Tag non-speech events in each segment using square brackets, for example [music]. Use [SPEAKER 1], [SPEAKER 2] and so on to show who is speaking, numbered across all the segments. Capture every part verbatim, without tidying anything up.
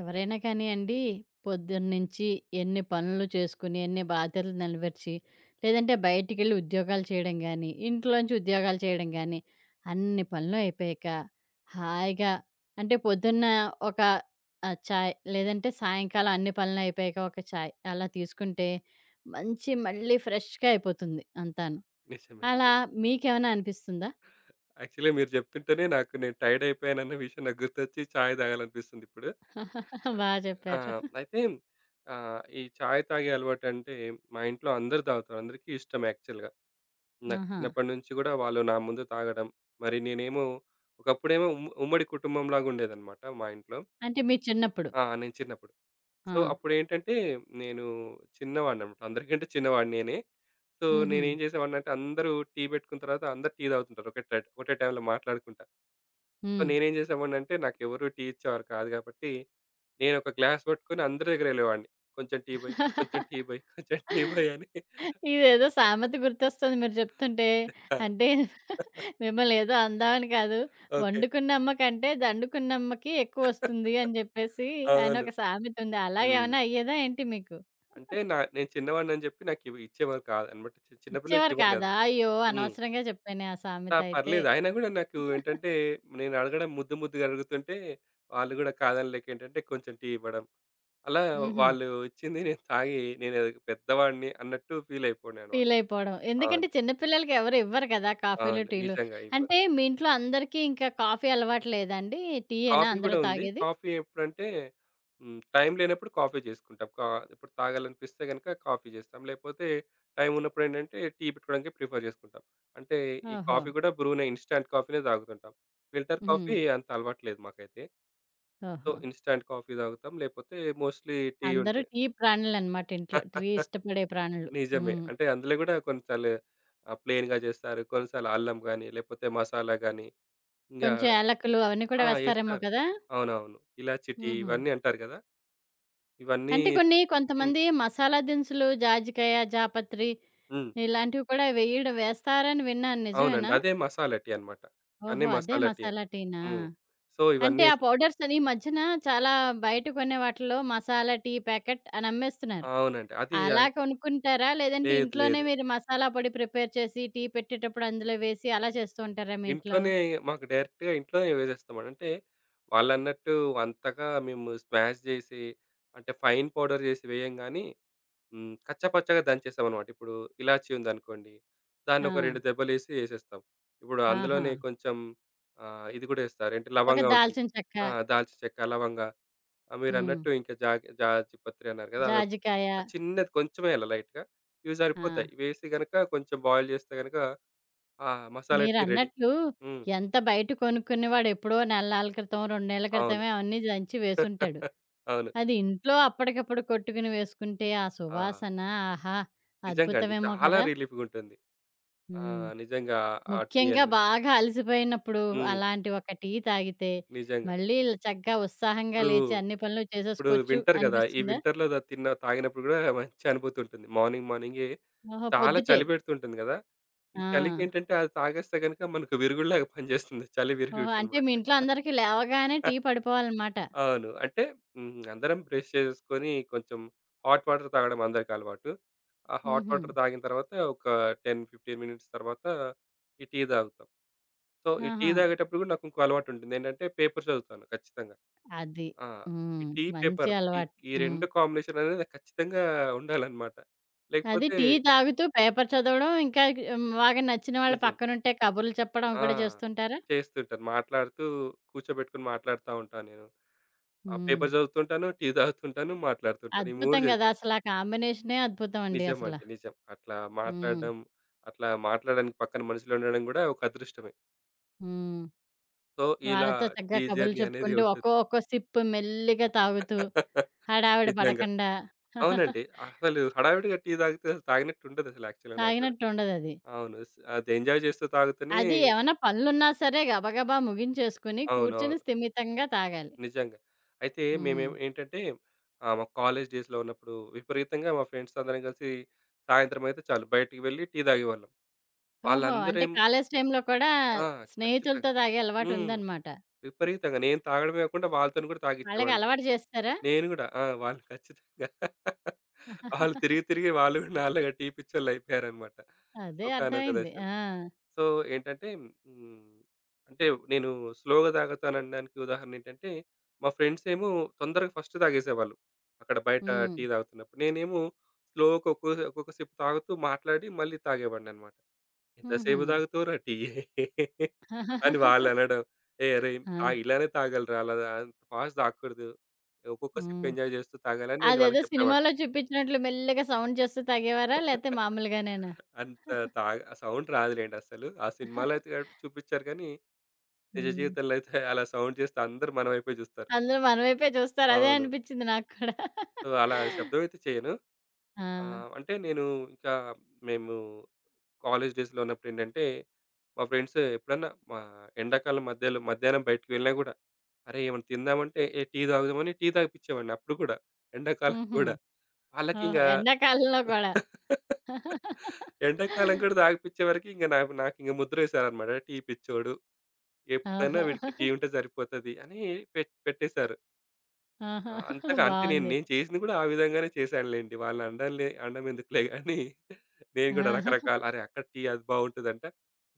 [SPEAKER 1] ఎవరైనా కానియండి, పొద్దున్నుంచి ఎన్ని పనులు చేసుకొని, ఎన్ని బాధ్యతలు నెలవర్చి, లేదంటే బయటికెళ్ళి ఉద్యోగాలు చేయడం గానీ, ఇంట్లోంచి ఉద్యోగాలు చేయడం గానీ, అన్ని పనులు అయిపోయాక హాయిగా అంటే పొద్దున్న ఒక ఆహ్, చాయ్ లేదంటే సాయంకాలం అన్ని పనులు అయిపోయాక ఒక చాయ్ అలా తీసుకుంటే మంచి మళ్ళీ ఫ్రెష్‌గా అయిపోతుంది అంతాను.
[SPEAKER 2] నిజమే.
[SPEAKER 1] అలా
[SPEAKER 2] నిజమే.
[SPEAKER 1] మీకేమైనా అనిపిస్తుందా?
[SPEAKER 2] యాక్చువల్‌గా మీరు చెప్తుంటేనే నాకు నేను టైర్డ్ అయిపోయానన్న విషయం నాకు గుర్తొచ్చి చాయ్ తాగాలనిపిస్తుందిప్పుడు.
[SPEAKER 1] [laughs] బా
[SPEAKER 2] ఆ!
[SPEAKER 1] చెప్పారు.
[SPEAKER 2] అయితే ఆహ్, ఈ చాయ్ తాగే అలవాటంటే మా ఇంట్లో అందరూ తాగుతారు. అందరికీ ఇష్టం యాక్చువల్‌గా. నాకు
[SPEAKER 1] ఆహా!
[SPEAKER 2] చిన్నప్పటి నుంచి కూడా వాళ్ళు నా ముందు తాగడం, మరి నేనేమో ఒకప్పుడేమో ఉమ్ ఉమ్మడి కుటుంబంలాగా ఉండేదన్నమాట మా ఇంట్లో.
[SPEAKER 1] అంటే మీ చిన్నప్పుడు.
[SPEAKER 2] ఆ! నేను చిన్నప్పుడు.
[SPEAKER 1] ఆ!
[SPEAKER 2] సో, అప్పుడేంటంటే నేను చిన్నవాడినన్నమాట. అందరికంటే చిన్నవాడిని నేనే. సో,
[SPEAKER 1] హుహు.
[SPEAKER 2] నేనేం చేసేవాడినంటే అందరూ టీ పెట్టుకున్న తర్వాత అందరూ టీ తాగుతుంటారు ఒకటే ఒకటే టైంలో మాట్లాడుకుంటా. సో,
[SPEAKER 1] హ్మ్.
[SPEAKER 2] నేనేం చేసేవాడినంటే నాకెవరు టీ ఇచ్చేవారు కాదు కాబట్టి, నేనొక గ్లాస్ పట్టుకొని అందరి దగ్గర వెళ్ళేవాడిని. కొంచెం టీ బొయ్, కొంచెం టీ బొయ్, కొంచెం టీ బొయ్ అని.
[SPEAKER 1] ఇదేదో సామెత గుర్తొస్తుంది మీరు చెప్తుంటే.
[SPEAKER 2] ఆ!
[SPEAKER 1] అంటే మిమ్మల్ని ఏదో అందామని కాదు.
[SPEAKER 2] ఓకే.
[SPEAKER 1] వండుకున్నమ్మ కంటే దండుకున్నమ్మకి ఎక్కువొస్తుంది అని జెప్పేసి అని చెప్పేసి ఆయన
[SPEAKER 2] అవును.
[SPEAKER 1] ఒక సామెత ఉంది.
[SPEAKER 2] హ్మ్.
[SPEAKER 1] అలాగేమన్నా అయ్యేదా ఏంటి మీకు?
[SPEAKER 2] అంటే నా నేను చిన్నవాడినని చెప్పి నాకివి ఇచ్చేవారు కాదనమాట. చి చిన్న
[SPEAKER 1] ఇచ్చేవారు
[SPEAKER 2] పిల్లలకివ్వరు కదా!
[SPEAKER 1] కాదా? అయ్యో!
[SPEAKER 2] హ్మ్.
[SPEAKER 1] అనవసరంగా చెప్పానే ఆ
[SPEAKER 2] ఆ!
[SPEAKER 1] సామెత అయితే.
[SPEAKER 2] పర్లేదు. అయినా గూడా నాకు ఏంటంటే, నేను అడగడం ముద్దు ముద్దుగా అడుగుతుంటే, వాళ్ళు గూడా కాదనలేక ఏంటంటే, కొంచెం టీ ఇవ్వడం. అలా
[SPEAKER 1] హుహు.
[SPEAKER 2] వాళ్ళు ఇచ్చింది నేను తాగి, నేనేదో పెద్దవాడిని అన్నట్టు ఫీలయిపోయాననమాట.
[SPEAKER 1] ఫీల్ అయిపోవడం.
[SPEAKER 2] అవును.
[SPEAKER 1] ఎందుకంటే చిన్న పిల్లలకి ఎవరు ఇవ్వరు కదా! కాఫీలు,
[SPEAKER 2] అవును.
[SPEAKER 1] టీలు.
[SPEAKER 2] నిజంగా ఇవ్వరు.
[SPEAKER 1] అంటే మీ ఇంట్లో అందరికీ ఇంకా కాఫీ అలవాటు లేదండి? టీయేనా
[SPEAKER 2] కాఫీ
[SPEAKER 1] అందరూ
[SPEAKER 2] గూడా ఉంది.
[SPEAKER 1] తాగేది?
[SPEAKER 2] కాఫీ ఎప్పుడంటే హ్మ్. టైం లేనప్పుడు కాఫీ చేసుకుంటాం. కా ఇప్పుడు తాగాలనిపిస్తే గనుక కాఫీ చేస్తాం. లేపోతే టైం ఉన్నప్పుడేంటంటే టీ పెట్టుకోవడానికి ప్రిఫర్ చేసుకుంటాం. అంటే ఈ
[SPEAKER 1] ఓహో!
[SPEAKER 2] కాఫీ గూడా బ్రూనే ఇన్‌స్టాంట్ కాఫీనే తాగుతుంటాం. ఫిల్టర్
[SPEAKER 1] హ్మ్.
[SPEAKER 2] కాఫీ అంత అలవాటు లేదు మాకైతే. సో,
[SPEAKER 1] ఓహో!
[SPEAKER 2] ఇన్‌స్టాంట్ కాఫీ తాగుతాం. లేపోతే మోస్ట్‌లీ టీ
[SPEAKER 1] అందరూ
[SPEAKER 2] ఉంటే
[SPEAKER 1] టీ ప్రాణులనమాట ఇంట్లో. టీ
[SPEAKER 2] [laughs]
[SPEAKER 1] ఇష్టపడే ప్రాణులు.
[SPEAKER 2] నిజమే.
[SPEAKER 1] హ్మ్.
[SPEAKER 2] అంటే అందులో గూడా కొన్నిసార్లు ఆహ్, ప్లెయిన్‌గా చేస్తారు. కొన్నిసార్లు అల్లం గాని, లేపోతే మసాలా గాని ఇంగా
[SPEAKER 1] కొంచెం యాలకులు అవన్నీ కూడా
[SPEAKER 2] ఆ!
[SPEAKER 1] వేస్తారేమో
[SPEAKER 2] ఏస్తారు.
[SPEAKER 1] కదా!
[SPEAKER 2] అవునవును. ఇలాచి టీ
[SPEAKER 1] హుహు.
[SPEAKER 2] ఇవన్నీ అంటారు గదా! ఇవన్నీ
[SPEAKER 1] అంటే కొన్ని
[SPEAKER 2] హ్మ్.
[SPEAKER 1] కొంతమంది మసాలా దినుసులు జాజికాయ, జాపత్రి
[SPEAKER 2] హ్మ్.
[SPEAKER 1] ఇలాంటివి కూడా వేయడం వేస్తారని విన్నాను.
[SPEAKER 2] అవునండి.
[SPEAKER 1] నిజమేనా?
[SPEAKER 2] అదే మసాలా టీ అన్నమాట. ఇవన్నీ
[SPEAKER 1] ఓహో! అదే
[SPEAKER 2] మసాలా టీ.
[SPEAKER 1] మసాలా టీనా?
[SPEAKER 2] హ్మ్. సో,
[SPEAKER 1] అంటే
[SPEAKER 2] ఇవన్నీ
[SPEAKER 1] ఆ
[SPEAKER 2] ఏస్
[SPEAKER 1] పౌడర్స్ అని ఈ మధ్యన చాలా బయట కొనే వాటిలో మసాలా టీ ప్యాకెట్ అని అమ్మేస్తున్నారు.
[SPEAKER 2] అవునండి. అది
[SPEAKER 1] అలా
[SPEAKER 2] అన్
[SPEAKER 1] కొనుక్కుంటారా? లేదంటే
[SPEAKER 2] లేదు.
[SPEAKER 1] ఇంట్లోనే
[SPEAKER 2] లేదు.
[SPEAKER 1] మీరు మసాలా పొడి ప్రిపేర్ చేసి టీ పెట్టేటప్పుడు అందులో వేసి అలా చేస్తూ ఉంటారా మీ ఇంట్లో?
[SPEAKER 2] ఇంట్లోనే మాకు డైరెక్ట్‌గా ఇంట్లోనే వేసేస్తామండి. అంటే వాళ్ళన్నట్టు అంతగా మేము స్మాష్ జేసి అంటే ఫైన్ పౌడర్ జేసి వేయం గానీ హ్మ్. కచ్చా పచ్చాగా దంచేసామనమాట. ఇప్పుడు ఇలాచీ ఉందనుకోండి. దాన్ని
[SPEAKER 1] ఆ!
[SPEAKER 2] ఒక రెండు దెబ్బలేసి ఏసేస్తాం. ఇప్పుడు
[SPEAKER 1] ఆహా!
[SPEAKER 2] అందులోనే కొంచెం ఆహ్, ఇది గూడా ఏస్తారు. ఏంటి
[SPEAKER 1] ఒక
[SPEAKER 2] లవంగా ఉంటుంది.
[SPEAKER 1] దాల్చిన చెక్క.
[SPEAKER 2] ఆ! దాల్చిన చెక్క, లవంగా ఆహ్,
[SPEAKER 1] హ్మ్.
[SPEAKER 2] మీరన్నట్టు ఇంకా జాగ్ జాజిపత్రి అన్నారు గదా! అదొకటి.
[SPEAKER 1] జాజికాయ.
[SPEAKER 2] ఆ చిన్నది కొంచెమే అలా లైట్‌గా. ఇవి
[SPEAKER 1] ఆ!
[SPEAKER 2] సరిపోతాయి. ఇవేసి గనక కొంచెం బాయిల్ చేస్తే గనక ఆ మసాలా టీ రెడీ.
[SPEAKER 1] మీరన్నట్లు
[SPEAKER 2] హ్మ్.
[SPEAKER 1] ఎంత బయట కొనుక్కునేవాడు ఎప్పుడో నెలనాళ్ళ క్రితం, రెండు నెలల
[SPEAKER 2] అవును.
[SPEAKER 1] క్రితమే అవన్నీ దంచి వేసుంటాడు.
[SPEAKER 2] [laughs] అవును.
[SPEAKER 1] అది ఇంట్లో అప్పటికప్పుడు కొట్టుకుని వేసుకుంటే ఆ
[SPEAKER 2] ఆ!
[SPEAKER 1] సువాసన ఆహా!
[SPEAKER 2] నిజంగా అండి.
[SPEAKER 1] అద్భుతమేమో
[SPEAKER 2] చాలా
[SPEAKER 1] కదా!
[SPEAKER 2] రిలీఫ్‌గుంటుంది. ఆ!
[SPEAKER 1] హ్మ్.
[SPEAKER 2] నిజంగా ఆ టీ
[SPEAKER 1] ముఖ్యంగా
[SPEAKER 2] అనేది.
[SPEAKER 1] బాగా అలసిపోయినప్పుడు
[SPEAKER 2] హ్మ్.
[SPEAKER 1] అలాంటి ఒక టీ తాగితే
[SPEAKER 2] నిజంగా.
[SPEAKER 1] మళ్ళీ ఇలా చక్కగా ఉత్సాహంగా
[SPEAKER 2] ఇప్పుడు
[SPEAKER 1] లేచి అన్ని పనులు
[SPEAKER 2] ఇప్పుడు
[SPEAKER 1] చేసేసుకోవచ్చు
[SPEAKER 2] వింటర్ గదా! ఈ
[SPEAKER 1] అనిపిస్తుందా?
[SPEAKER 2] వింటర్‌లో ద తిన్న తాగినప్పుడు గూడా మంచి అనుభూతి ఉంటుంది. మార్నింగ్ మార్నింగే
[SPEAKER 1] ఓహో!
[SPEAKER 2] చాలా
[SPEAKER 1] పొద్దుటే.
[SPEAKER 2] చలి పెడుతుంటుంది గదా! ఈ
[SPEAKER 1] ఆ!
[SPEAKER 2] చలికేంటంటే అది తాగేస్తే గనుక మనకు విరుగుడులాగా పనిజేస్తుంది. చలి
[SPEAKER 1] ఓహో! అంటే
[SPEAKER 2] విరుగుడనమాట.
[SPEAKER 1] మీ ఇంట్లో అందరికి లేవగానే టీ పడిపోవాలనమాట.
[SPEAKER 2] అవును. అంటే హ్మ్. అందరం బ్రష్ చేసేసుకొని కొంచెం హాట్ వాటర్ తాగడం అందరికి అలవాటు. ఆ హాట్
[SPEAKER 1] హుహు.
[SPEAKER 2] వాటర్ తాగిన తర్వాత ఒక పది, పదిహేను మినిట్స్ తర్వాత ఈ టీ తాగుతాం. సో, ఈ టీ
[SPEAKER 1] ఆహా!
[SPEAKER 2] తాగేటప్పుడు గూడా నాకు ఇంకో అలవాటుంటుంది. ఏంటంటే పేపర్ చదువుతాను ఖచ్చితంగా.
[SPEAKER 1] అది.
[SPEAKER 2] ఆ! ఈ
[SPEAKER 1] హ్మ్.
[SPEAKER 2] టీ
[SPEAKER 1] మంచి
[SPEAKER 2] పేపర్ ఈ
[SPEAKER 1] అలవాటు.
[SPEAKER 2] ఈ
[SPEAKER 1] హ్మ్.
[SPEAKER 2] రెండు కాంబినేషన్ అనేది ఖచ్చితంగా ఉండాలన్నమాట.
[SPEAKER 1] అది
[SPEAKER 2] లేకపోతే
[SPEAKER 1] టీ తాగుతూ పేపర్ చదవడం, ఇంకా హ్మ్, బాగా నచ్చిన వాళ్ళ
[SPEAKER 2] నిజం.
[SPEAKER 1] పక్కనుంటే కబుర్లు చెప్పడం
[SPEAKER 2] ఆ!
[SPEAKER 1] కూడా చేస్తుంటారా?
[SPEAKER 2] చేస్తుంటాను. మాట్లాడుతూ కూర్చోబెట్టుకొని మాట్లాడుతా ఉంటాను నేను. ఆ
[SPEAKER 1] హ్మ్.
[SPEAKER 2] పేపర్ చదువుతుంటాను, టీ తాగుతుంటాను, మాట్లాడుతుంటాను. ఈ మూడు
[SPEAKER 1] అద్భుతం గదా!
[SPEAKER 2] జరిగిపోతుంది.
[SPEAKER 1] అసలా కాంబినేషనే అద్భుతం అండి అసల.
[SPEAKER 2] నిజమండి. నిజం. అట్లా
[SPEAKER 1] హ్మ్.
[SPEAKER 2] మాట్లాడడం, అట్లా మాట్లాడడానికి పక్కన మనుషులు ఉండడం కూడా ఒక అదృష్టమే.
[SPEAKER 1] హ్మ్.
[SPEAKER 2] సో, ఇలా
[SPEAKER 1] వాళ్ళతో చక్కగా
[SPEAKER 2] టీ
[SPEAKER 1] కబుర్లు
[SPEAKER 2] జర్నీ అనేది
[SPEAKER 1] చెప్పుకుంటూ
[SPEAKER 2] ఉంటుంది.
[SPEAKER 1] ఒక్కో ఒక్కో సిప్ మెల్లిగా తాగుతూ,
[SPEAKER 2] [laughs]
[SPEAKER 1] హడావిడి
[SPEAKER 2] నిజంగా.
[SPEAKER 1] పడకుండా [laughs]
[SPEAKER 2] అవునండి. అసలు హడావిడిగా టీ తాగితే అసలు తాగినట్టు ఉండదసలు యాక్చువల్‌గా నాకు కూడా.
[SPEAKER 1] తాగినట్టుండదది.
[SPEAKER 2] అవును. స్ అది ఎంజాయ్ చేస్తూ తాగుతూనే
[SPEAKER 1] అది ఏమన్నా పనులున్నా సరే గబగబా ముగించేసుకొని
[SPEAKER 2] అవునవును.
[SPEAKER 1] కూర్చొని స్థిమితంగా తాగాలి.
[SPEAKER 2] నిజంగా. అయితే
[SPEAKER 1] హ్మ్.
[SPEAKER 2] మేమేం ఏంటంటే ఆహ్, మా కాలేజ్ డేస్‌లో ఉన్నప్పుడు విపరీతంగా మా ఫ్రెండ్స్ అందరం కలిసి సాయంత్రం అయితే చాలు బయటికి వెళ్లి టీ తాగేవాళ్ళం.
[SPEAKER 1] ఓహో! అంటే
[SPEAKER 2] వాళ్ళందరేమో
[SPEAKER 1] కాలేజీ టైమ్‌లో కూడా
[SPEAKER 2] ఆ! ఖచ్చితంగా.
[SPEAKER 1] స్నేహితులతో తాగే అలవాటు
[SPEAKER 2] హ్మ్.
[SPEAKER 1] ఉందన్నమాట.
[SPEAKER 2] విపరీతంగా. నేను తాగడమే కాకుండా వాళ్ళతోని కూడా
[SPEAKER 1] వాళ్ళకి
[SPEAKER 2] తాగిచ్చేవాడిని.
[SPEAKER 1] అలవాటు చేస్తారా?
[SPEAKER 2] నేను గూడా. ఆ! వాళ్ళు ఖచ్చితంగా. [laughs] వాళ్ళు తిరిగి
[SPEAKER 1] [laughs]
[SPEAKER 2] తిరిగి వాళ్ళు కూడా నాలాగా టీ పిచ్చోళ్ళయిపోయారన్నమాట.
[SPEAKER 1] అదే
[SPEAKER 2] ఒకానొక
[SPEAKER 1] అర్థమైంది.
[SPEAKER 2] దశలో.
[SPEAKER 1] ఆ!
[SPEAKER 2] సో ఏంటంటే హ్మ్. అంటే నేను స్లోగా తాగుతాననడానికి ఉదాహరణ ఏంటంటే, మా ఫ్రెండ్స్ ఏమో తొందరగా ఫస్ట్ తాగేసేవాళ్ళు. అక్కడ బయట
[SPEAKER 1] హ్మ్.
[SPEAKER 2] టీ తాగుతున్నప్పుడు. నేనేమో స్లోగా ఒక్కో ఒక్కొక్క సిప్ తాగుతూ మాట్లాడి మళ్ళీ తాగేవాడిననమాట.
[SPEAKER 1] హుహు.
[SPEAKER 2] "ఎంతసేపు తాగుతావురా టీ" అని
[SPEAKER 1] [laughs]
[SPEAKER 2] వాళ్ళనడం. "ఏయ్! అరేయ్!
[SPEAKER 1] ఆ!
[SPEAKER 2] తాగి ఇలానే తాగాలిరా అలా అంత ఫాస్ట్ తాగకూడదు. ఒక్కొక్క సిప్
[SPEAKER 1] హ్మ్.
[SPEAKER 2] ఎంజాయ్ చేస్తూ తాగాలని" నేను
[SPEAKER 1] అదేదో
[SPEAKER 2] వాళ్ళకి చెప్పేవాడిని.
[SPEAKER 1] సినిమాలో చూపించినట్లు మెల్లిగా సౌండ్ చేస్తూ తాగేవారా? లేతే
[SPEAKER 2] [laughs]
[SPEAKER 1] మామూలుగానేనా?
[SPEAKER 2] అంత తాగ సౌండ్ రాదులెండి అస్సలు. ఆ సినిమాలో అయితే
[SPEAKER 1] [laughs]
[SPEAKER 2] కాబట్టి చూపించారు కానీ నిజ
[SPEAKER 1] హ్మ్.
[SPEAKER 2] జీవితంలో అయితే అలా సౌండ్ చేస్తే అందరూ మన వైపే చూస్తారు.
[SPEAKER 1] అందరూ మన వైపే చూస్తారు. అదే
[SPEAKER 2] అవును.
[SPEAKER 1] అనిపించింది నాకు కూడా.
[SPEAKER 2] సో,
[SPEAKER 1] [laughs]
[SPEAKER 2] అలా శబ్దం అయితే చేయను.
[SPEAKER 1] ఆ!
[SPEAKER 2] ఆహ్, అంటే నేను ఇంకా మేము కాలేజ్ డేస్‌లో ఉన్నప్పుడేంటంటే, మా ఫ్రెండ్స్ ఎప్పుడన్నా మా ఎండాకాలం మధ్యలో మధ్యాహ్నం బయటికి వెళ్ళినా గూడా, అరే! ఏమన్నా తిందామంటే, ఏ టీ తాగుదామని టీ తాగిపిచ్చేవాడిని అప్పుడు కూడా. ఎండాకాలం
[SPEAKER 1] హుహు.
[SPEAKER 2] గూడా.
[SPEAKER 1] ఓహ్!
[SPEAKER 2] వాళ్ళకింకా
[SPEAKER 1] ఎండాకాలంలో కూడా.
[SPEAKER 2] [laughs] ఎండాకాలం కూడా తాగిపిచ్చే వరకి ఇంక నాకు నాకింక ముద్రేశారనమాట. టీ పిచ్చోడు. ఎప్పుడైనా
[SPEAKER 1] ఆహా!
[SPEAKER 2] వీడికి టీ ఉంటే సరిపోతది అని పెట్ పెట్టేశారు.
[SPEAKER 1] ఆహా!
[SPEAKER 2] ఆ! అంతగా అంటే నేను
[SPEAKER 1] బావుంది.
[SPEAKER 2] నేను చేసింది కూడా ఆ విధంగానే చేశానులెండి. వాళ్ళని అనడంలే అనడం ఎందుకులే గాని నేను కూడా
[SPEAKER 1] ఆహా!
[SPEAKER 2] రకరకాల అరే! అక్కడ టీ అది బాగుంటదంట.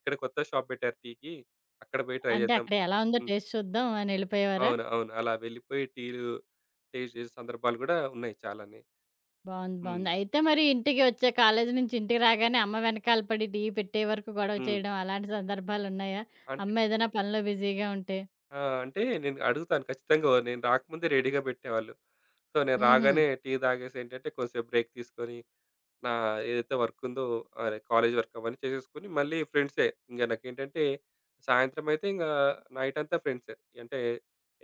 [SPEAKER 2] ఇక్కడ కొత్త షాప్ పెట్టారు టీకి. అక్కడ పోయి ట్రై
[SPEAKER 1] అంటే
[SPEAKER 2] చేద్దాం.
[SPEAKER 1] అక్కడ ఎలా ఉందో
[SPEAKER 2] హ్మ్.
[SPEAKER 1] టేస్ట్ చూద్దాం అని ఎళ్ళిపోయేవారా?
[SPEAKER 2] అవును. అవును. అలా వెళ్ళిపోయి టీలు టేస్ట్ చేసిన సందర్భాలు కూడా ఉన్నాయి చాలానే.
[SPEAKER 1] బావుంది.
[SPEAKER 2] హ్మ్.
[SPEAKER 1] బావుంది. అయితే మరి ఇంటికి వచ్చే కాలేజీ నుంచి ఇంటికి రాగానే అమ్మ వెనకాల పడి టీ పెట్టే వరకు గొడవ
[SPEAKER 2] హ్మ్.
[SPEAKER 1] చేయడం అలాంటి సందర్భాలున్నాయా?
[SPEAKER 2] అంటే
[SPEAKER 1] అమ్మ ఏదైనా పనిలో బిజీగా ఉంటే?
[SPEAKER 2] ఆ! అంటే నేను అడుగుతాను ఖచ్చితంగా. నేను రాకముందే రెడీగా పెట్టేవాళ్ళు. సో, నేను
[SPEAKER 1] హుహు.
[SPEAKER 2] రాగానే టీ తాగేసి ఏంటంటే కొంసేపు బ్రేక్ తీసుకొని నా ఏదైతే వర్క్ ఉందో అదే కాలేజ్ వర్క్ అవన్నీ చేసేసుకొని మళ్ళీ ఫ్రెండ్సే. ఇంక నాకేంటంటే సాయంత్రం అయితే ఇంక నైట్ అంతా ఫ్రెండ్సే. అంటే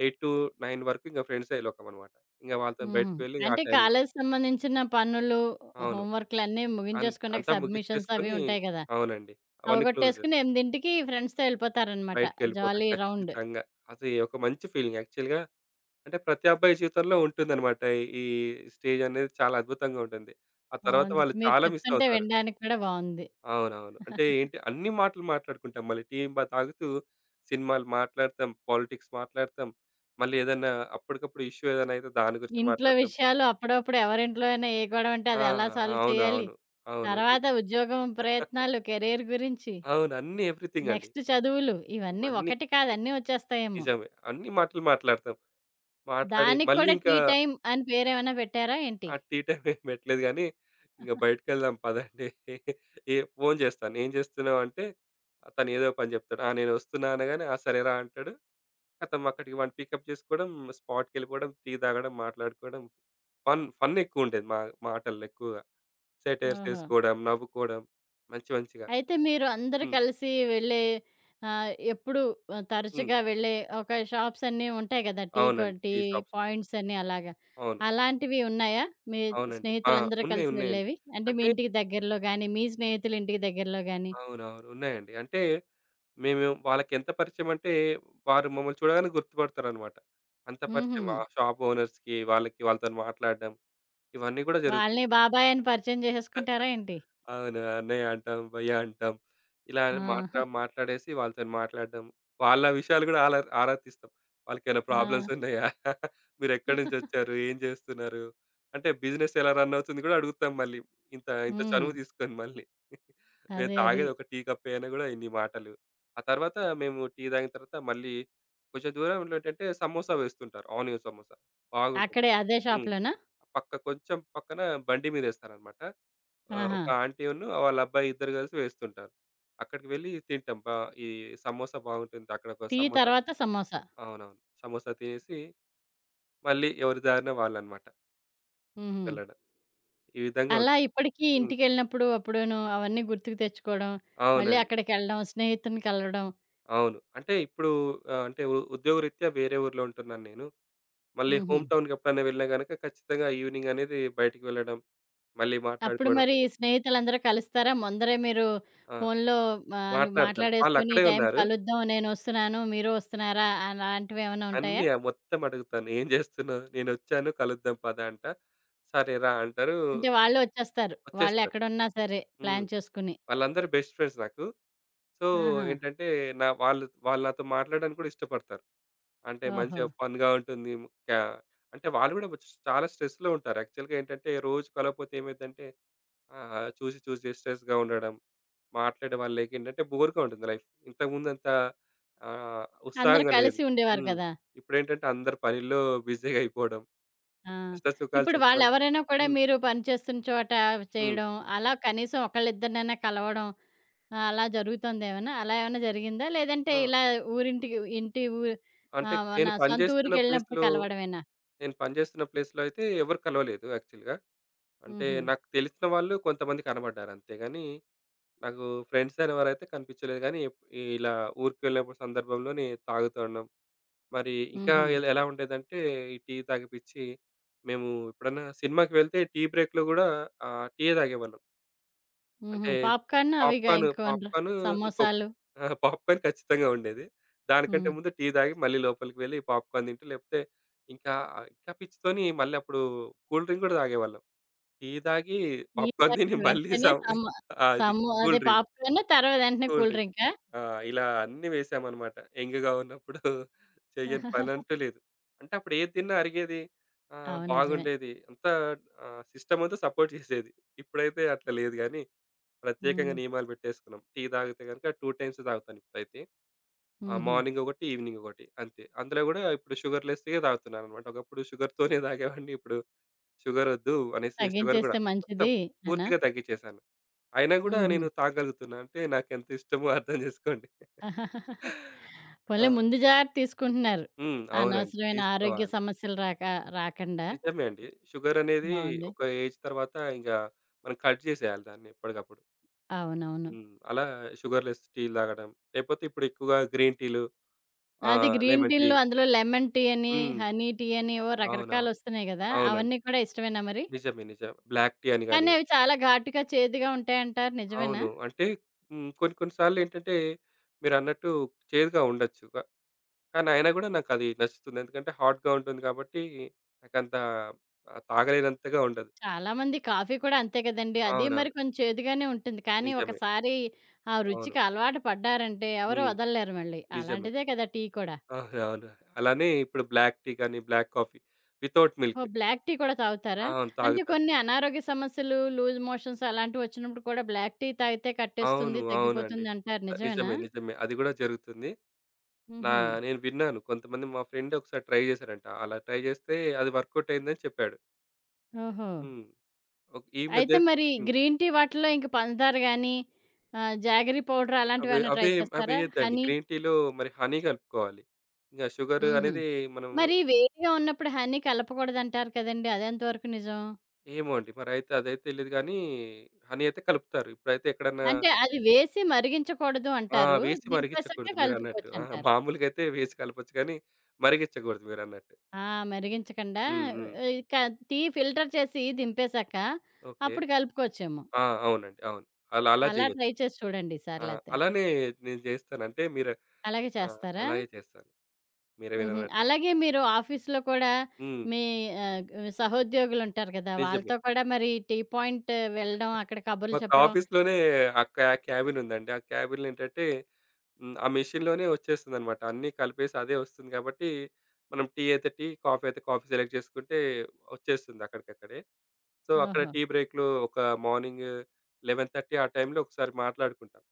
[SPEAKER 2] ఎనిమిది తొమ్మిది వరకు ఇంక ఫ్రెండ్సే లోకమనమాట. ఇంక వాళ్ళతోని
[SPEAKER 1] హుహు.
[SPEAKER 2] బయటికి వెళ్ళి ఆ
[SPEAKER 1] అంటే
[SPEAKER 2] టైంలో
[SPEAKER 1] కాలేజీ సంబంధించిన పనులు,
[SPEAKER 2] అవును.
[SPEAKER 1] హోంవర్క్‌లన్నీ
[SPEAKER 2] అం
[SPEAKER 1] ముగించేసుకున్నాక
[SPEAKER 2] అంతా
[SPEAKER 1] సబ్మిషన్స్ అవి
[SPEAKER 2] ముగిచ్చేసుకొని
[SPEAKER 1] ఉంటాయి కదా!
[SPEAKER 2] అవునండి. అవన్నీ క్లోజ్.
[SPEAKER 1] అవగొట్టేసుకొని ఎనిమిదికి ఫ్రెండ్స్‌తో ఎళ్ళిపోతారనమాట.
[SPEAKER 2] బయటికెళ్ళిపోతాం
[SPEAKER 1] జాలీ రౌండ్.
[SPEAKER 2] ఖచ్చితంగా. అది ఒక మంచి ఫీలింగ్ యాక్చువల్‌గా. అంటే ప్రతి అబ్బాయి జీవితంలో ఉంటుందనమాట. ఈ స్టేజ్ అనేది చాలా అద్భుతంగా ఉంటుంది. ఆ తర్వాత
[SPEAKER 1] బావుంది.
[SPEAKER 2] వాళ్ళు
[SPEAKER 1] మీరు
[SPEAKER 2] చాలా మిస్
[SPEAKER 1] చెప్తుంటే
[SPEAKER 2] అవుతారు.
[SPEAKER 1] వినడానికి కూడా బావుంది.
[SPEAKER 2] అవునవును. అంటే ఏంటి అన్ని మాటలు మాట్లాడుకుంటాం. మళ్ళీ టీ బ తాగుతూ సినిమాలు మాట్లాడతాం, పాలిటిక్స్ మాట్లాడతాం. మళ్ళీ ఏదన్నా అప్పటికప్పుడు ఇష్యూ ఏదైనా అయితే దాని గురించి
[SPEAKER 1] ఇంట్లో
[SPEAKER 2] మాట్లాడతాం.
[SPEAKER 1] విషయాలు అప్పుడప్పుడు ఎవరింట్లో అయినా ఏ గొడవ ఉంటే
[SPEAKER 2] ఆ!
[SPEAKER 1] అది ఎలా సాల్వ్
[SPEAKER 2] అవును.
[SPEAKER 1] చేయాలి,
[SPEAKER 2] అవును. అవును.
[SPEAKER 1] తర్వాత ఉద్యోగం ప్రయత్నాలు, కెరీర్ గురించి,
[SPEAKER 2] అవును. అన్నీ ఎవ్రీథింగ్ అండి.
[SPEAKER 1] నెక్స్ట్ చదువులు ఇవన్నీ
[SPEAKER 2] ఇవన్నీ
[SPEAKER 1] ఒకటి కాదు అన్నీ వచ్చేస్తాయేమో!
[SPEAKER 2] నిజమే. అన్ని మాటలు మాట్లాడతాం. మాట్లాడి
[SPEAKER 1] దానికి
[SPEAKER 2] మళ్ళీ
[SPEAKER 1] కూడా టీ
[SPEAKER 2] ఇంకా
[SPEAKER 1] టైమ్ అని పేరేమైనా పెట్టారా ఏంటి?
[SPEAKER 2] ఆ టీ టైమ్ ఏం పెట్టలేదు గానీ, ఇంక బయటికెళ్దాం పదండి. ఏ ఫోను చేస్తాను. ఏం చేస్తున్నావంటే, తను ఏదో పని చెప్తాడు. ఆ! నేనొస్తున్నా అనగానే, ఆ! సరేరా అంటాడు. ఖతం అక్కడికి వాడిని పికప్ చేసుకోవడం, స్పాట్‌కెళ్ళిపోవడం, టీ తాగడం, మాట్లాడుకోవడం. ఫన్ ఫన్ ఎక్కువుండేది మా మా ఆటల్లో ఎక్కువగా. సెటైర్స్
[SPEAKER 1] ఓహో!
[SPEAKER 2] ఏసుకోవడం, నవ్వుకోవడం మంచి మంచిగా.
[SPEAKER 1] అయితే మీరు అందరూ
[SPEAKER 2] హ్మ్.
[SPEAKER 1] కలిసి వెళ్ళే ఆహ్, ఎప్పుడు ఆహ్,
[SPEAKER 2] హ్మ్.
[SPEAKER 1] తరచుగా వెళ్ళే ఒక షాప్స్ అన్నీ ఉంటాయి కదా! టీ కొ
[SPEAKER 2] అవునండి.
[SPEAKER 1] టీ
[SPEAKER 2] టీ షాప్స్ ఉంటాయి.
[SPEAKER 1] పాయింట్స్ అని అలాగా.
[SPEAKER 2] అవును.
[SPEAKER 1] అలాంటివి ఉన్నాయా? మీ
[SPEAKER 2] అవునండి. ఆ!
[SPEAKER 1] స్నేహితులందరూ
[SPEAKER 2] ఉన్నాయి.
[SPEAKER 1] కలిసి
[SPEAKER 2] ఉన్నాయండి.
[SPEAKER 1] వెళ్ళేవి? అంటే మీ
[SPEAKER 2] అంటే
[SPEAKER 1] ఇంటికి దగ్గరలో గాని, మీ స్నేహితుల ఇంటికి దగ్గరలో గాని?
[SPEAKER 2] అవునవును. ఉన్నాయండి. అంటే మేము వాళ్ళకెంత పరిచయమంటే వారు మమ్మల్ని చూడగానే గుర్తుపడతారనమాట. అంత
[SPEAKER 1] హుహు.
[SPEAKER 2] పరిచయం. ఆ షాప్ ఓనర్స్‌కి, వాళ్ళకి వాళ్ళతోని మాట్లాడడం ఇవన్నీ గూడా
[SPEAKER 1] వాళ్ళని
[SPEAKER 2] జరుగుతుంది.
[SPEAKER 1] బాబాయ్ అని పరిచయం చేసేసుకుంటారా ఏంటి?
[SPEAKER 2] అవును. అన్నయ్య అంటాం, భయ్యా అంటాం. ఇలా హ్మ్.
[SPEAKER 1] ఆ!
[SPEAKER 2] మాట్లా మాట్లాడేసి వాళ్ళతోని మాట్లాడడం. వాళ్ళ విషయాలు గూడా ఆలా ఆరా తీస్తాం. వాళ్ళకేమైనా ప్రాబ్లమ్స్
[SPEAKER 1] ఆ!
[SPEAKER 2] ఉన్నాయా? [laughs] మీరెక్కడి నుంచొచ్చారు? ఏం చేస్తున్నారు? అంటే బిజినెస్ ఎలా రన్ అవుతుంది గూడా అడుగుతాం మళ్ళీ. ఇంత ఇంత
[SPEAKER 1] హ్మ్.
[SPEAKER 2] చనువు తీసుకొని మళ్ళీ. [laughs] మేము
[SPEAKER 1] అదే. అది.
[SPEAKER 2] తాగేది ఒక టీ కప్పే అయినా గూడా ఇన్ని మాటలు. ఆ తర్వాత మేము టీ తాగిన తర్వాత మళ్ళీ కొంచెం దూరంలో ఏంటంటే సమోసా వేస్తుంటారు. ఆనియన్ సమోసా బాగుంటుంది.
[SPEAKER 1] అక్కడే అదే
[SPEAKER 2] హ్మ్.
[SPEAKER 1] షాప్‌లోనా?
[SPEAKER 2] పక్క కొంచెం పక్కన బండి మీదేస్తారనమాట. ఆహ్,
[SPEAKER 1] ఆహా!
[SPEAKER 2] ఒక ఆంటీను వాళ్ళ అబ్బాయి ఇద్దరు కలిసి వేస్తుంటారు. అక్కడికి వెళ్లి తింటాం. బా ఈ సమోసా బాగుంటుంది. అక్కడ ఒక
[SPEAKER 1] టీ
[SPEAKER 2] సమోసా
[SPEAKER 1] తర్వాత సమోసా.
[SPEAKER 2] అవునవును. సమోసా తినేసి మళ్ళీ ఎవరి దారిన వాళ్ళనమాట
[SPEAKER 1] హుహు.
[SPEAKER 2] వెళ్ళడం. ఈ విధంగా
[SPEAKER 1] అలా
[SPEAKER 2] ఉంటుంది.
[SPEAKER 1] ఇప్పటికీ
[SPEAKER 2] హ్మ్.
[SPEAKER 1] ఇంటికెళ్ళినప్పుడు అప్పుడును అవన్నీ గుర్తుకు తెచ్చుకోవడం, మళ్ళీ
[SPEAKER 2] అవునండి.
[SPEAKER 1] అక్కడికెళ్ళడం, స్నేహితుడిని కలవడం.
[SPEAKER 2] అవును. అంటే ఇప్పుడు ఆహ్, అంటే ఉ ఉద్యోగరీత్యా వేరే ఊర్లో ఉంటున్నాను నేను. మళ్ళీ
[SPEAKER 1] హుహు.
[SPEAKER 2] హోమ్ టౌన్‌కి ఎప్పుడైనా వెళ్ళినా గనక ఖచ్చితంగా ఈవినింగ్ అనేది బయటికి వెళ్ళడం, మళ్ళీ
[SPEAKER 1] అప్పుడు
[SPEAKER 2] మాట్లాడుకోవడం.
[SPEAKER 1] మరి స్నేహితులందరూ కలుస్తారా? ముందరే మీరు
[SPEAKER 2] ఆ!
[SPEAKER 1] ఫోనులో ఆహ్, ను
[SPEAKER 2] మాట్లాడతాను.
[SPEAKER 1] మాట్లాడేసుకొని, "ఈ
[SPEAKER 2] వాళ్ళక్కడే
[SPEAKER 1] టైంకి
[SPEAKER 2] ఉన్నారు.
[SPEAKER 1] కలుద్దాం, నేనొస్తున్నాను, మీరు వస్తున్నారా?" అలాంటివేమన్నా
[SPEAKER 2] అన్నీ
[SPEAKER 1] ఉంటాయా?
[SPEAKER 2] ఆ మొత్తం అడుగుతాను. "ఏం జేస్తున్నావు? నేనొచ్చాను కలుద్దాం పద" అంట. సరే రా అంటారు.
[SPEAKER 1] అంటే వాళ్ళే వచ్చేస్తారు.
[SPEAKER 2] వచ్చేస్తారు.
[SPEAKER 1] వాళ్ళెక్కడున్నా సరే
[SPEAKER 2] హ్మ్.
[SPEAKER 1] ప్లాన్ చేసుకుని.
[SPEAKER 2] వాళ్ళందరూ బెస్ట్ ఫ్రెండ్స్ నాకు. సో,
[SPEAKER 1] ఆహా!
[SPEAKER 2] ఏంటంటే నా వాళ్ళు వాళ్ళు నాతో మాట్లాడడానికి కూడా ఇష్టపడతారు. అంటే
[SPEAKER 1] ఓహో!
[SPEAKER 2] మంచిగా ఫన్‌గా ఉంటుంది. క్యా అంటే వాళ్ళు గూడా స్ చాలా స్ట్రెస్‌లో ఉంటారు. యాక్చువల్‌గా ఏంటంటే రోజు కలవకపోతే ఏమైద్దంటే ఆహ్, చూసి చూసి స్ట్రెస్‌గా ఉండడం, మాట్లాడే వాళ్ళు లేక ఏంటంటే బోర్‌గా ఉంటుంది లైఫ్. ఇంతకుముందంత ఆహ్,
[SPEAKER 1] అందరూ
[SPEAKER 2] ఉత్సాహంగా లేదు.
[SPEAKER 1] కలిసి ఉండేవారు
[SPEAKER 2] హ్మ్.
[SPEAKER 1] కదా!
[SPEAKER 2] ఇప్పుడేంటంటే అందరు పనిల్లో బిజీగా అయిపోవడం.
[SPEAKER 1] ఆ!
[SPEAKER 2] కష్ట సుఖాలు
[SPEAKER 1] ఇప్పుడు
[SPEAKER 2] చెప్పడానికి
[SPEAKER 1] వాళ్ళెవరైనా కూడా
[SPEAKER 2] హ్మ్.
[SPEAKER 1] మీరు పనిచేస్తున్న చోట
[SPEAKER 2] హ్మ్.
[SPEAKER 1] చేయడం, అలా కనీసం ఒకళ్ళిద్దరినైనా కలవడం ఆ! అలా జరుగుతోందేమన్నా? అలా ఏమన్నా జరిగిందా? లేదంటే
[SPEAKER 2] ఆ!
[SPEAKER 1] ఇలా ఊరింటికి ఇంటి ఊ
[SPEAKER 2] అంటే
[SPEAKER 1] ఆహ్, మన
[SPEAKER 2] నేను
[SPEAKER 1] సొంత
[SPEAKER 2] పనిచేస్తున్న
[SPEAKER 1] ఊరికెళ్ళినప్పుడు
[SPEAKER 2] ప్లేస్‌లో
[SPEAKER 1] కలవడమేనా?
[SPEAKER 2] నేను పనిచేస్తున్న ప్లేస్‌లో అయితే ఎవరు కలవలేదు యాక్చువల్‌గా. అంటే
[SPEAKER 1] హుహు.
[SPEAKER 2] నాకు తెలిసిన వాళ్ళు కొంతమంది కనబడ్డారు అంతే గాని, నాకు ఫ్రెండ్స్ అనేవారైతే కనిపించలేదు గానీ, ఇలా ఊరికి వెళ్ళినప్పుడు సందర్భంలోనే తాగుతూ ఉన్నాం. మరి ఇంకా
[SPEAKER 1] హుహు.
[SPEAKER 2] ఎలా ఎలా ఉండేదంటే ఈ టీ తాగిపిచ్చి, మేము ఎప్పుడన్నా సినిమాకి వెళ్తే టీ బ్రేక్‌లో గూడా ఆహ్, టీయే తాగేవాళ్ళం.
[SPEAKER 1] హుహు.
[SPEAKER 2] అంటే
[SPEAKER 1] పాప్‌కార్న్ అవిగా
[SPEAKER 2] పాప్‌కార్న్,
[SPEAKER 1] ఇంకోండ్లు
[SPEAKER 2] పాప్‌కార్న్ ఇంకొకటి.
[SPEAKER 1] సమోసాలు.
[SPEAKER 2] ఆ! పాప్‌కార్న్ ఖచ్చితంగా ఉండేది. దానికంటే
[SPEAKER 1] హ్మ్.
[SPEAKER 2] ముందు టీ తాగి మళ్ళీ లోపలికి వెళ్ళి పాప్‌కార్న్ తింటూ లేకపోతే ఇంకా ఇంకా పిచ్చితోని మళ్ళీ అప్పుడు కూల్ డ్రింక్ కూడా తాగేవాళ్ళం. టీ తాగి,
[SPEAKER 1] ఈ
[SPEAKER 2] పాప్‌కార్న్ తిని
[SPEAKER 1] తాగిన
[SPEAKER 2] మళ్ళీ
[SPEAKER 1] వెంటనే
[SPEAKER 2] సం
[SPEAKER 1] సమ
[SPEAKER 2] అది
[SPEAKER 1] సమో అదే
[SPEAKER 2] కూల్ డ్రింక్,
[SPEAKER 1] పాప్‌కార్న్ తర్వాత వెంటనే
[SPEAKER 2] కూల్
[SPEAKER 1] కూల్
[SPEAKER 2] డ్రింక్.
[SPEAKER 1] డ్రింకా?
[SPEAKER 2] ఆ! ఇలా అన్నీ వేసామనమాట. యంగ్‌గా ఉన్నప్పుడు చెయ్యని
[SPEAKER 1] [laughs]
[SPEAKER 2] పనంటూ లేదు. అంటే అప్పుడు ఏది తిన్నా అరిగేది. ఆహ్,
[SPEAKER 1] అవును. నిజమే.
[SPEAKER 2] బాగుండేది. అంతా ఆహ్, సిస్టమ్ అంతా సపోర్ట్ చేసేది. ఇప్పుడైతే అట్లా లేదు గానీ, ప్రత్యేకంగా
[SPEAKER 1] హ్మ్.
[SPEAKER 2] నియమాలు పెట్టేసుకున్నాం. టీ తాగితే గనుక రెండు టైమ్స్ తాగుతాను ఇప్పుడైతే. ఆహ్,
[SPEAKER 1] హుహు.
[SPEAKER 2] మార్నింగ్ ఒకటి, ఈవినింగ్ ఒకటి అంతే. అందులో గూడా ఇప్పుడు షుగర్ లెస్‌యే తాగుతున్నాననమాట. ఒకప్పుడు షుగర్‌తోనే తాగేవాడిని. ఇప్పుడు షుగర్ వద్దు అనేసి షుగర్ గూడా
[SPEAKER 1] తగ్గించేస్తే
[SPEAKER 2] మొత్తం
[SPEAKER 1] మంచిది అనా?
[SPEAKER 2] పూర్తిగా తగ్గించేశాను. అయినా గూడా
[SPEAKER 1] హుహు.
[SPEAKER 2] నేను తాగలుగుతున్నా. అంటే నాకెంత ఇష్టమో అర్థం చేసుకోండి.
[SPEAKER 1] [laughs]
[SPEAKER 2] ఆ!
[SPEAKER 1] పోన్లే ముందు జాగ్రత్త తీసుకుంటున్నారు.
[SPEAKER 2] హ్మ్. అవునండి.
[SPEAKER 1] అనవసరమైన ఆరోగ్య
[SPEAKER 2] తీసుకోవాలి.
[SPEAKER 1] సమస్యలు రాక రాకండా.
[SPEAKER 2] నిజమే అండి. షుగర్ అనేది
[SPEAKER 1] బావుంది.
[SPEAKER 2] ఒక ఏజ్ తర్వాత ఇంక మనం కట్ చేసేయాలి దాన్ని ఎప్పటికప్పుడు.
[SPEAKER 1] అవునవును.
[SPEAKER 2] హ్మ్. అలా షుగర్ లెస్ టీలు తాగడం, లేకపోతే ఇప్పుడు ఎక్కువగా గ్రీన్ టీలు
[SPEAKER 1] అది
[SPEAKER 2] ఆహ్,
[SPEAKER 1] గ్రీన్
[SPEAKER 2] లెమన్ టీ
[SPEAKER 1] టీల్లో అందులో లెమన్ టీ అని,
[SPEAKER 2] హ్మ్.
[SPEAKER 1] హనీ టీ అని ఏవో
[SPEAKER 2] అవునవును.
[SPEAKER 1] రకరకాలొస్తున్నాయి గదా!
[SPEAKER 2] అవునండి.
[SPEAKER 1] అవన్నీ కూడా ఇష్టమేనా మరి?
[SPEAKER 2] నిజమే. నిజం. బ్లాక్ టీ అని గాని
[SPEAKER 1] కానీ అవి చాలా ఘాటుగా, చేదుగా ఉంటాయంటారు నిజమేనా?
[SPEAKER 2] అవును. అంటే హ్మ్. కొన్ని కొన్ని సార్లు ఏంటంటే మీరన్నట్టు చేదుగా ఉండొచ్చు. క కానీ అయినా కూడా నాకది నచ్చుతుంది. ఎందుకంటే హాట్‌గా ఉంటుంది కాబట్టి నాకంత ఆహ్, తాగలేనంతగా ఉండదు.
[SPEAKER 1] చాలా మంది కాఫీ కూడా అంతే కదండీ! అది మరి
[SPEAKER 2] అవునవును.
[SPEAKER 1] కొంచెం చేదుగానే ఉంటుంది. కానీ
[SPEAKER 2] నిజమే.
[SPEAKER 1] ఒకసారి ఆ
[SPEAKER 2] అవును.
[SPEAKER 1] రుచికి అలవాటు పడ్డారంటే ఎవరు
[SPEAKER 2] హ్మ్.
[SPEAKER 1] వదలలేరు మళ్ళీ.
[SPEAKER 2] నిజమే.
[SPEAKER 1] అలాంటిదే కదా టీ కూడా.
[SPEAKER 2] అవును. అవును. అలానే ఇప్పుడు బ్లాక్ టీ గాని, బ్లాక్ కాఫీ వితౌట్ మిల్క్.
[SPEAKER 1] ఓహ్! బ్లాక్ టీ కూడా తాగుతారా?
[SPEAKER 2] అవును.
[SPEAKER 1] అంటే
[SPEAKER 2] తాగుతారు.
[SPEAKER 1] కొన్ని అనారోగ్య సమస్యలు, లూజ్ మోషన్స్ అలాంటివొచ్చినప్పుడు కూడా బ్లాక్ టీ తాగితే
[SPEAKER 2] అవును.
[SPEAKER 1] కట్టేస్తుంది,
[SPEAKER 2] అవునండి.
[SPEAKER 1] తగ్గిపోతుందంటారు
[SPEAKER 2] ఆహ్,
[SPEAKER 1] నిజమేనా?
[SPEAKER 2] నిజమే. నిజమే. అది గూడా జరుగుతుంది. నా
[SPEAKER 1] హుహు.
[SPEAKER 2] నేను విన్నాను. కొంతమంది మా ఫ్రెండ్ ఒకసారి ట్రై చేశారంట. అలా ట్రై చేస్తే అది వర్కౌట్ అయిందని చెప్పాడు.
[SPEAKER 1] ఓహో!
[SPEAKER 2] హ్మ్. ఓక్ ఈ
[SPEAKER 1] అయితే
[SPEAKER 2] మధ్య
[SPEAKER 1] మరి
[SPEAKER 2] హ్మ్.
[SPEAKER 1] గ్రీన్ టీ వాటిలో ఇంక పంచదార గాని, ఆహ్, జాగరీ పౌడర్
[SPEAKER 2] అవి
[SPEAKER 1] అలాంటివేమన్నా ట్రై
[SPEAKER 2] అవే
[SPEAKER 1] చేస్తారా?
[SPEAKER 2] అవేయొద్దండి.
[SPEAKER 1] హనీ?
[SPEAKER 2] గ్రీన్ టీలో మరి హనీ కలుపుకోవాలి. ఇంగ షుగర్
[SPEAKER 1] హుహు.
[SPEAKER 2] అనేది మనం
[SPEAKER 1] మరి వేడిగా ఉన్నప్పుడు హనీ కలపకూడదంటారు కదండీ! అదెంతవరకు నిజం?
[SPEAKER 2] ఏమో అండి. మరైతే అదైతే తెలీదు గానీ, హనీ అయితే కలుపుతారు. ఇప్పుడైతే ఎక్కడన్నా
[SPEAKER 1] అంటే అది వేసి మరిగించకూడదు
[SPEAKER 2] ఆ!
[SPEAKER 1] అంటారు.
[SPEAKER 2] వేసి
[SPEAKER 1] దింపేసాక
[SPEAKER 2] మరిగిచ్చకూడదు మీరన్నట్టు. ఆ!
[SPEAKER 1] కలుపుకోవచ్చంటారు.
[SPEAKER 2] మామూలుగైతే వేసి కలపొచ్చు కానీ, మరిగిచ్చకూడదు మీరన్నట్టు.
[SPEAKER 1] ఆ! మరిగించకుండా
[SPEAKER 2] హ్మ్. హ్మ్.
[SPEAKER 1] ఆహ్, క టీ ఫిల్టర్ చేసి దింపేసాక
[SPEAKER 2] ఓకే.
[SPEAKER 1] అప్పుడు కలుపుకోవచ్చేమో!
[SPEAKER 2] ఆ! అవునండి. అవును. అలా అలా
[SPEAKER 1] అలా
[SPEAKER 2] జేయొచ్చు.
[SPEAKER 1] ట్రై చేసి చూడండి
[SPEAKER 2] ఆ!
[SPEAKER 1] ఈసారి లేతే.
[SPEAKER 2] అలానే నేను జేస్తాను. అంటే మీరు
[SPEAKER 1] అలాగే
[SPEAKER 2] ఆ!
[SPEAKER 1] చేస్తారా?
[SPEAKER 2] అలాగే చేస్తాను. మీరు
[SPEAKER 1] హుహు.
[SPEAKER 2] మీరన్నట్టే.
[SPEAKER 1] అలాగే మీరు ఆఫీస్‌లో కూడా
[SPEAKER 2] హ్మ్.
[SPEAKER 1] మీ ఆహ్, గ్ సహోద్యోగులుంటారు కదా!
[SPEAKER 2] నిజమే.
[SPEAKER 1] వాళ్ళతో కూడా మరి టీ పాయింట్ వెళ్ళడం, అక్కడ కబుర్లు
[SPEAKER 2] మాకు
[SPEAKER 1] చెప్పడం
[SPEAKER 2] ఆఫీస్‌లోనే ఆ క్యా క్యాబిన్ ఉందండి. ఆ క్యాబిన్‌లో ఏంటంటే హ్మ్. ఆ మెషిన్‌లోనే వచ్చేస్తుందన్నమాట. అన్నీ కలిపేసి అదే వస్తుంది కాబట్టి, మనం టీ అయితే టీ, కాఫీ అయితే కాఫీ సెలెక్ట్ చేసుకుంటే వచ్చేస్తుంది అక్కడికక్కడే. సో, అక్కడ
[SPEAKER 1] ఓహో!
[SPEAKER 2] టీ బ్రేక్‌లో ఒక మార్నింగ్ పదకొండున్నర ఆ టైంలో ఒకసారి మాట్లాడుకుంటాం.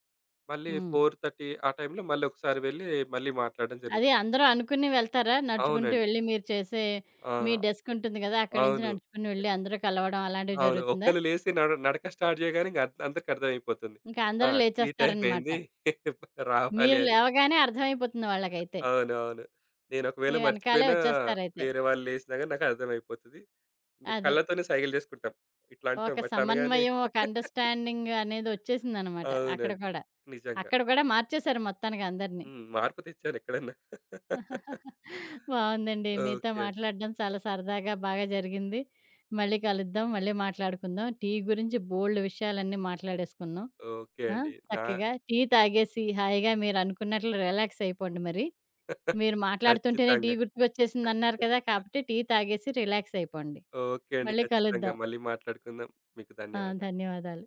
[SPEAKER 2] మళ్ళీ
[SPEAKER 1] హ్మ్.
[SPEAKER 2] నాలుగున్నర ఆ టైంలో మళ్ళీ ఒకసారి వెళ్లి మళ్ళీ మాట్లాడడం
[SPEAKER 1] అదే
[SPEAKER 2] జరుగుతుంది.
[SPEAKER 1] అందరూ అనుకుని వెళ్తారా? నడుచుకుంటూ
[SPEAKER 2] అవునండి.
[SPEAKER 1] వెళ్ళి మీరు చేసే
[SPEAKER 2] ఆ!
[SPEAKER 1] మీ డెస్క్ ఉంటుంది కదా! అక్కడి నుంచి
[SPEAKER 2] అవును.
[SPEAKER 1] నడుచుకుని వెళ్ళి అందరూ కలవడం అలాంటివి
[SPEAKER 2] అవును.
[SPEAKER 1] జరుగుతుందా?
[SPEAKER 2] ఒక్కళ్ళు లేసి నడ నడక స్టార్ట్ చేయగానే ఇంక అంద్ అందరికి అర్థమైపోతుంది.
[SPEAKER 1] ఇంకా
[SPEAKER 2] ఆ!
[SPEAKER 1] అందరూ
[SPEAKER 2] టీ టైమ్
[SPEAKER 1] లేచేస్తారనమాట.
[SPEAKER 2] అయింది [laughs] రావాలి
[SPEAKER 1] మీరు
[SPEAKER 2] అని.
[SPEAKER 1] లేవగానే అర్థమైపోతుంది వాళ్ళకైతే.
[SPEAKER 2] అవునవును. నేను ఒకవేళ
[SPEAKER 1] మీ వెనకాలే
[SPEAKER 2] మర్చిపోయినా
[SPEAKER 1] వచ్చేస్తారైతే.
[SPEAKER 2] వేరే వాళ్ళు లేసినా గాని నాకు అర్థమైపోతది. ఇంక
[SPEAKER 1] అది.
[SPEAKER 2] కళ్ళతోనే సైగలు చేసుకుంటాం. ఇట్లా అంటాం.
[SPEAKER 1] ఒక
[SPEAKER 2] అట్లా అనగానే
[SPEAKER 1] సమన్వయం, ఒక
[SPEAKER 2] [laughs]
[SPEAKER 1] అండర్‌స్టాండింగ్ అనేదొచ్చేసిందనమాట అక్కడ
[SPEAKER 2] అవునండి.
[SPEAKER 1] కూడా.
[SPEAKER 2] నిజంగా.
[SPEAKER 1] అక్కడ కూడా మార్చేశారు మొత్తానికి అందరిని.
[SPEAKER 2] హ్మ్. మార్పు తెచ్చాను ఎక్కడన్నా.
[SPEAKER 1] బావుందండి. మీతో
[SPEAKER 2] ఓకే అండి.
[SPEAKER 1] మాట్లాడడం చాలా సరదాగా బాగా జరిగింది. మళ్ళీ కలుద్దాం. మళ్ళీ మాట్లాడుకుందాం. టీ గురించి బోలెడు విషయాలన్నీ మాట్లాడేసుకున్నాం.
[SPEAKER 2] ఓకే
[SPEAKER 1] ఆ!
[SPEAKER 2] అండి. నా
[SPEAKER 1] చక్కగా టీ తాగేసి హాయిగా మీరనుకున్నట్లు రిలాక్స్ అయిపోండి మరి. మీరు మాట్లాడుతుంటేనే టీ
[SPEAKER 2] ఖచ్చితంగా.
[SPEAKER 1] గుర్తుకొచ్చేసిందన్నారు కదా! కాబట్టి టీ తాగేసి రిలాక్స్ అయిపోండి.
[SPEAKER 2] ఓకే అండి.
[SPEAKER 1] మళ్ళీ
[SPEAKER 2] ఖచ్చితంగా
[SPEAKER 1] కలుద్దాం.
[SPEAKER 2] మళ్ళీ మాట్లాడుకుందాం. మీకు
[SPEAKER 1] ఆ!
[SPEAKER 2] ధన్యవాదాలు.
[SPEAKER 1] ధన్యవాదాలు.